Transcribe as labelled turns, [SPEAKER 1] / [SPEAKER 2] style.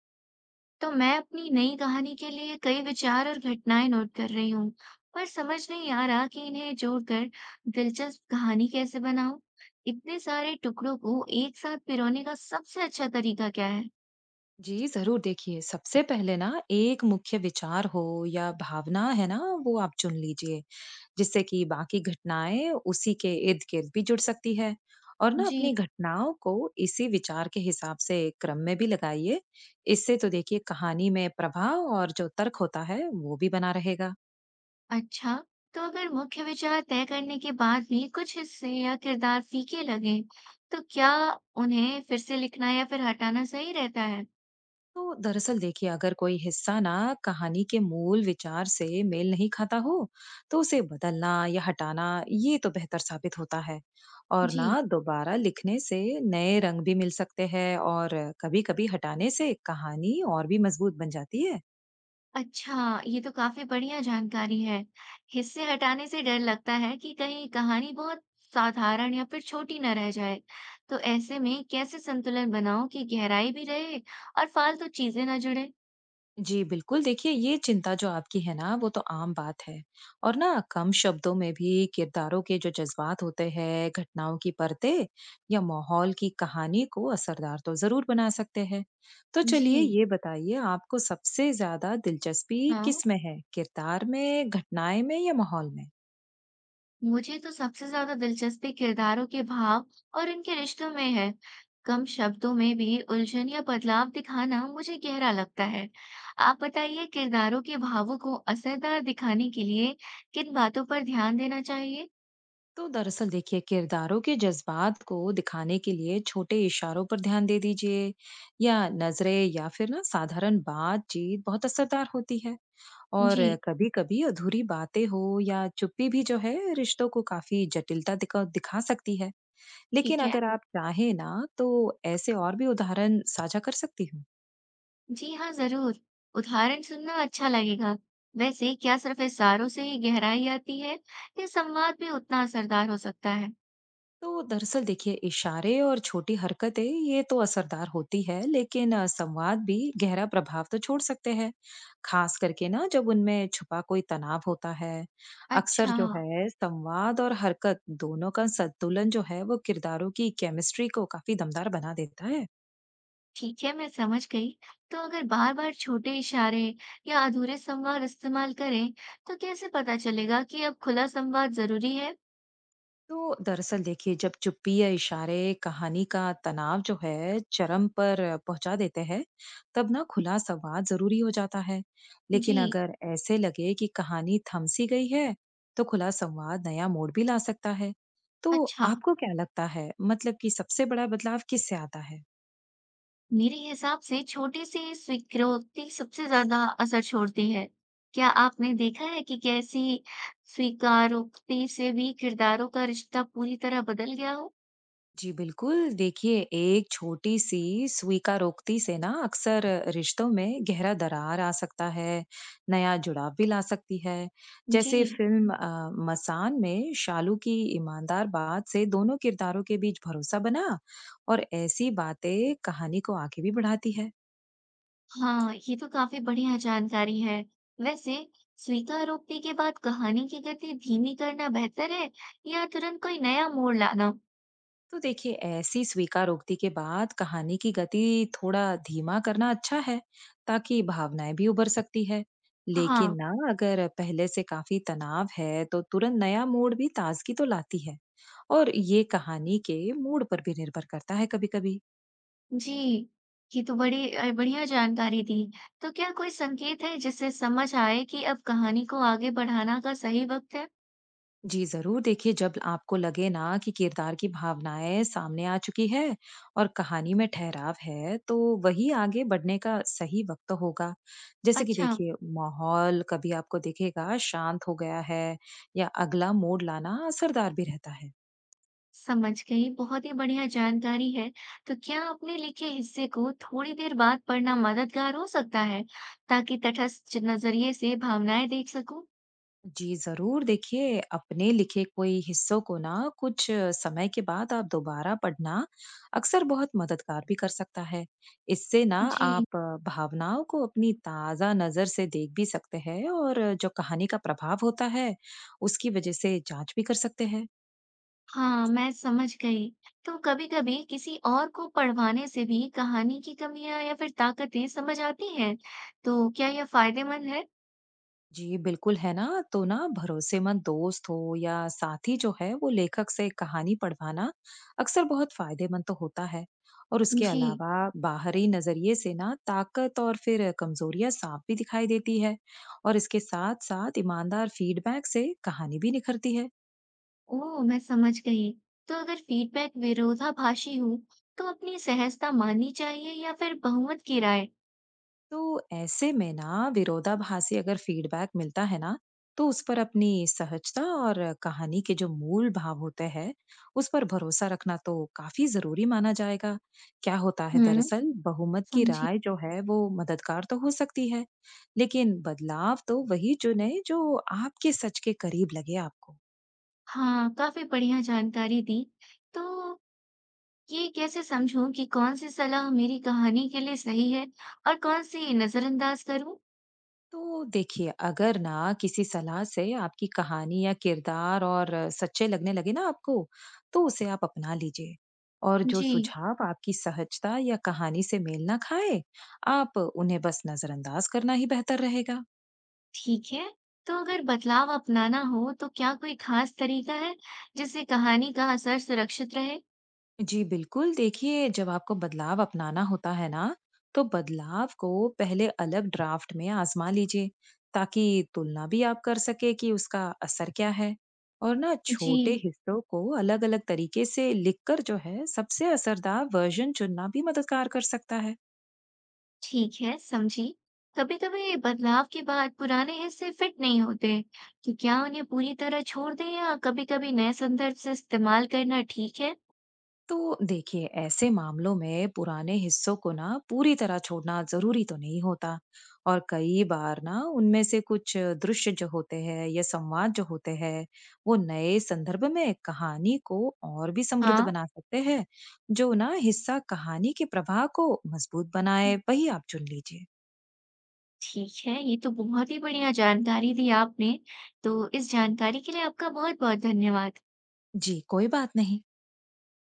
[SPEAKER 1] तो मैं अपनी नई कहानी के लिए कई विचार और घटनाएं नोट कर रही हूँ। पर समझ नहीं आ रहा कि इन्हें जोड़कर दिलचस्प कहानी कैसे बनाऊं। इतने सारे टुकड़ों को एक साथ पिरोने का सबसे अच्छा तरीका क्या है?
[SPEAKER 2] जी, ज़रूर देखिए। सबसे पहले ना एक मुख्य विचार हो या भावना है ना, वो आप चुन लीजिए, जिससे कि बाकी घटनाएँ उसी के इर्द-गिर्द भी जुड़ सकती है। और ना
[SPEAKER 1] जी।
[SPEAKER 2] अपनी घटनाओं को इसी विचार के हिसाब से क्रम में भी लगाइए। इससे तो देखिए कहानी में प्रभाव और जो तर्क होता है, वो भी बना रहेगा।
[SPEAKER 1] अच्छा, तो अगर मुख्य विचार तय करने के बाद भी कुछ हिस्से या किरदार फीके लगे, तो क्या उन्हें फिर से लिखना या फिर हटाना सही रहता है?
[SPEAKER 2] तो दरअसल देखिए, अगर कोई हिस्सा ना कहानी के मूल विचार से मेल नहीं खाता हो तो उसे बदलना या हटाना ये तो बेहतर साबित होता है। और
[SPEAKER 1] जी।
[SPEAKER 2] ना दोबारा लिखने से नए रंग भी मिल सकते हैं और कभी-कभी हटाने से कहानी और भी मजबूत बन जाती है।
[SPEAKER 1] अच्छा, ये तो काफ़ी बढ़िया जानकारी है। हिस्से हटाने से डर लगता है कि कहीं कहानी बहुत साधारण या फिर छोटी न रह जाए। तो ऐसे में कैसे संतुलन बनाऊं कि गहराई भी रहे और फालतू चीजें ना जुड़े?
[SPEAKER 2] जी, बिल्कुल। देखिए, ये चिंता जो आपकी है ना, वो तो आम बात है। और ना कम शब्दों में भी किरदारों के जो जज़्बात होते हैं, घटनाओं की परतें या माहौल की कहानी को असरदार तो ज़रूर बना सकते हैं। तो चलिए
[SPEAKER 1] जी,
[SPEAKER 2] ये बताइए, आपको सबसे ज़्यादा दिलचस्पी
[SPEAKER 1] हाँ।
[SPEAKER 2] किसमें है? किरदार में, घटनाएँ में या माहौल में?
[SPEAKER 1] मुझे तो सबसे ज्यादा दिलचस्पी किरदारों के भाव और उनके रिश्तों में है। कम शब्दों में भी उलझन या बदलाव दिखाना मुझे गहरा लगता है। आप बताइए किरदारों के भावों को असरदार दिखाने के लिए किन बातों पर ध्यान देना चाहिए?
[SPEAKER 2] तो दरअसल देखिए, किरदारों के जज्बात को दिखाने के लिए छोटे इशारों पर ध्यान दे दीजिए, या नजरें, या फिर ना साधारण बातचीत बहुत असरदार होती है। और
[SPEAKER 1] जी,
[SPEAKER 2] कभी कभी अधूरी बातें हो या चुप्पी भी जो है, रिश्तों को काफी जटिलता दिखा सकती है। लेकिन
[SPEAKER 1] ठीक है।
[SPEAKER 2] अगर आप चाहें ना, तो ऐसे और भी उदाहरण साझा कर सकती हूँ।
[SPEAKER 1] जी हाँ, जरूर। उदाहरण सुनना अच्छा लगेगा। वैसे क्या सिर्फ इशारों से ही गहराई आती है या संवाद भी उतना असरदार हो सकता है?
[SPEAKER 2] तो दरअसल देखिए, इशारे और छोटी हरकतें ये तो असरदार होती है, लेकिन संवाद भी गहरा प्रभाव तो छोड़ सकते हैं, खास करके ना जब उनमें छुपा कोई तनाव होता है। अक्सर
[SPEAKER 1] अच्छा।
[SPEAKER 2] जो है संवाद और हरकत दोनों का संतुलन जो है, वो किरदारों की केमिस्ट्री को काफी दमदार बना देता है।
[SPEAKER 1] ठीक है, मैं समझ गई। तो अगर बार-बार छोटे इशारे या अधूरे संवाद इस्तेमाल करें, तो कैसे पता चलेगा कि अब खुला संवाद ज़रूरी है?
[SPEAKER 2] तो दरअसल देखिए, जब चुप्पी या इशारे कहानी का तनाव जो है चरम पर पहुंचा देते हैं, तब ना खुला संवाद जरूरी हो जाता है। लेकिन
[SPEAKER 1] जी,
[SPEAKER 2] अगर ऐसे लगे कि कहानी थम सी गई है, तो खुला संवाद नया मोड़ भी ला सकता है। तो
[SPEAKER 1] अच्छा।
[SPEAKER 2] आपको क्या लगता है, मतलब कि सबसे बड़ा बदलाव किससे आता है?
[SPEAKER 1] मेरे हिसाब से छोटी सी स्वीकृति सबसे ज़्यादा असर छोड़ती है। क्या आपने देखा है कि कैसी स्वीकारोक्ति से भी किरदारों का रिश्ता पूरी तरह बदल गया हो?
[SPEAKER 2] जी बिल्कुल। देखिए, एक छोटी-सी स्वीकारोक्ति से ना अक्सर रिश्तों में गहरा दरार आ सकता है, नया जुड़ाव भी ला सकती है। जैसे
[SPEAKER 1] जी।
[SPEAKER 2] फ़िल्म मसान में शालू की ईमानदार बात से दोनों किरदारों के बीच भरोसा बना, और ऐसी बातें कहानी को आगे भी बढ़ाती है।
[SPEAKER 1] हाँ, ये तो काफी बढ़िया जानकारी है। वैसे स्वीकार रोकने के बाद कहानी की गति धीमी करना बेहतर है या तुरंत कोई नया मोड़ लाना?
[SPEAKER 2] तो देखिए, ऐसी स्वीकारोक्ति के बाद कहानी की गति थोड़ा धीमा करना अच्छा है, ताकि भावनाएं भी उभर सकती है। लेकिन
[SPEAKER 1] हाँ।
[SPEAKER 2] ना अगर पहले से काफी तनाव है तो तुरंत नया मूड भी ताजगी तो लाती है। और ये कहानी के मूड पर भी निर्भर करता है कभी-कभी।
[SPEAKER 1] जी, ये तो बड़ी बढ़िया जानकारी दी। तो क्या कोई संकेत है जिससे समझ आए कि अब कहानी को आगे बढ़ाना का सही वक्त है?
[SPEAKER 2] जी जरूर। देखिए, जब आपको लगे ना कि किरदार की भावनाएं सामने आ चुकी है और कहानी में ठहराव है, तो वही आगे बढ़ने का सही वक्त तो होगा। जैसे कि
[SPEAKER 1] अच्छा,
[SPEAKER 2] देखिए, माहौल कभी आपको दिखेगा शांत हो गया है, या अगला मोड़ लाना असरदार भी रहता है।
[SPEAKER 1] समझ गई। बहुत ही बढ़िया जानकारी है। तो क्या आपने लिखे हिस्से को थोड़ी देर बाद पढ़ना मददगार हो सकता है ताकि तटस्थ नजरिए से भावनाएं देख सकूं?
[SPEAKER 2] जी, ज़रूर देखिए, अपने लिखे कोई हिस्सों को ना कुछ समय के बाद आप दोबारा पढ़ना अक्सर बहुत मददगार भी कर सकता है। इससे ना
[SPEAKER 1] जी,
[SPEAKER 2] आप भावनाओं को अपनी ताज़ा नज़र से देख भी सकते हैं, और जो कहानी का प्रभाव होता है, उसकी वजह से जांच भी कर सकते हैं।
[SPEAKER 1] हाँ, मैं समझ गई। तो कभी-कभी किसी और को पढ़वाने से भी कहानी की कमियाँ या फिर ताकतें समझ आती हैं, तो क्या यह फायदेमंद है?
[SPEAKER 2] जी, बिल्कुल है ना। तो ना भरोसेमंद दोस्त हो या साथी जो है, वो लेखक से कहानी पढ़वाना अक्सर बहुत फायदेमंद तो होता है। और उसके
[SPEAKER 1] जी।
[SPEAKER 2] अलावा बाहरी नज़रिए से ना ताकत और फिर कमजोरियाँ साफ भी दिखाई देती है। और इसके साथ-साथ ईमानदार फीडबैक से कहानी भी निखरती है।
[SPEAKER 1] ओह! मैं समझ गई। तो अगर फीडबैक विरोधाभासी हो, तो अपनी सहजता माननी चाहिए या फिर बहुमत की राय?
[SPEAKER 2] तो ऐसे में ना विरोधाभासी अगर फीडबैक मिलता है ना, तो उस पर अपनी सहजता और कहानी के जो मूल भाव होते हैं, उस पर भरोसा रखना तो काफी जरूरी माना जाएगा। क्या होता है
[SPEAKER 1] हुँ,
[SPEAKER 2] दरअसल, बहुमत की
[SPEAKER 1] समझी।
[SPEAKER 2] राय जो है वो मददगार तो हो सकती है, लेकिन बदलाव तो वही चुने जो आपके सच के करीब लगे आपको।
[SPEAKER 1] हाँ, काफ़ी बढ़िया जानकारी दी। तो ये कैसे समझूँ कि कौन-सी सलाह मेरी कहानी के लिए सही है और कौन-सी नज़रअंदाज करूँ?
[SPEAKER 2] तो देखिए, अगर ना किसी सलाह से आपकी कहानी या किरदार और सच्चे लगने लगे ना आपको, तो उसे आप अपना लीजिए। और जो
[SPEAKER 1] जी।
[SPEAKER 2] सुझाव आपकी सहजता या कहानी से मेल ना खाए, आप उन्हें बस नजरअंदाज करना ही बेहतर रहेगा।
[SPEAKER 1] ठीक है, तो अगर बदलाव अपनाना हो तो क्या कोई खास तरीका है जिससे कहानी का असर सुरक्षित रहे?
[SPEAKER 2] जी बिल्कुल। देखिए, जब आपको बदलाव अपनाना होता है ना, तो बदलाव को पहले अलग ड्राफ्ट में आजमा लीजिए, ताकि तुलना भी आप कर सके कि उसका असर क्या है। और ना
[SPEAKER 1] जी,
[SPEAKER 2] छोटे हिस्सों को अलग अलग तरीके से लिखकर जो है, सबसे असरदार वर्जन चुनना भी मददगार कर सकता है।
[SPEAKER 1] ठीक है, समझी। कभी-कभी बदलाव के बाद पुराने हिस्से फिट नहीं होते, तो क्या उन्हें पूरी तरह छोड़ दें या कभी-कभी नए संदर्भ से इस्तेमाल करना ठीक है?
[SPEAKER 2] तो देखिए, ऐसे मामलों में पुराने हिस्सों को ना पूरी तरह छोड़ना जरूरी तो नहीं होता। और कई बार ना उनमें से कुछ दृश्य जो होते हैं या संवाद जो होते हैं, वो नए संदर्भ में कहानी को और भी समृद्ध
[SPEAKER 1] हाँ,
[SPEAKER 2] बना सकते हैं। जो ना हिस्सा कहानी के प्रवाह को मजबूत बनाए वही आप चुन लीजिए।
[SPEAKER 1] ठीक है, ये तो बहुत ही बढ़िया जानकारी दी आपने। तो इस जानकारी के लिए आपका बहुत-बहुत धन्यवाद।
[SPEAKER 2] जी, कोई बात नहीं।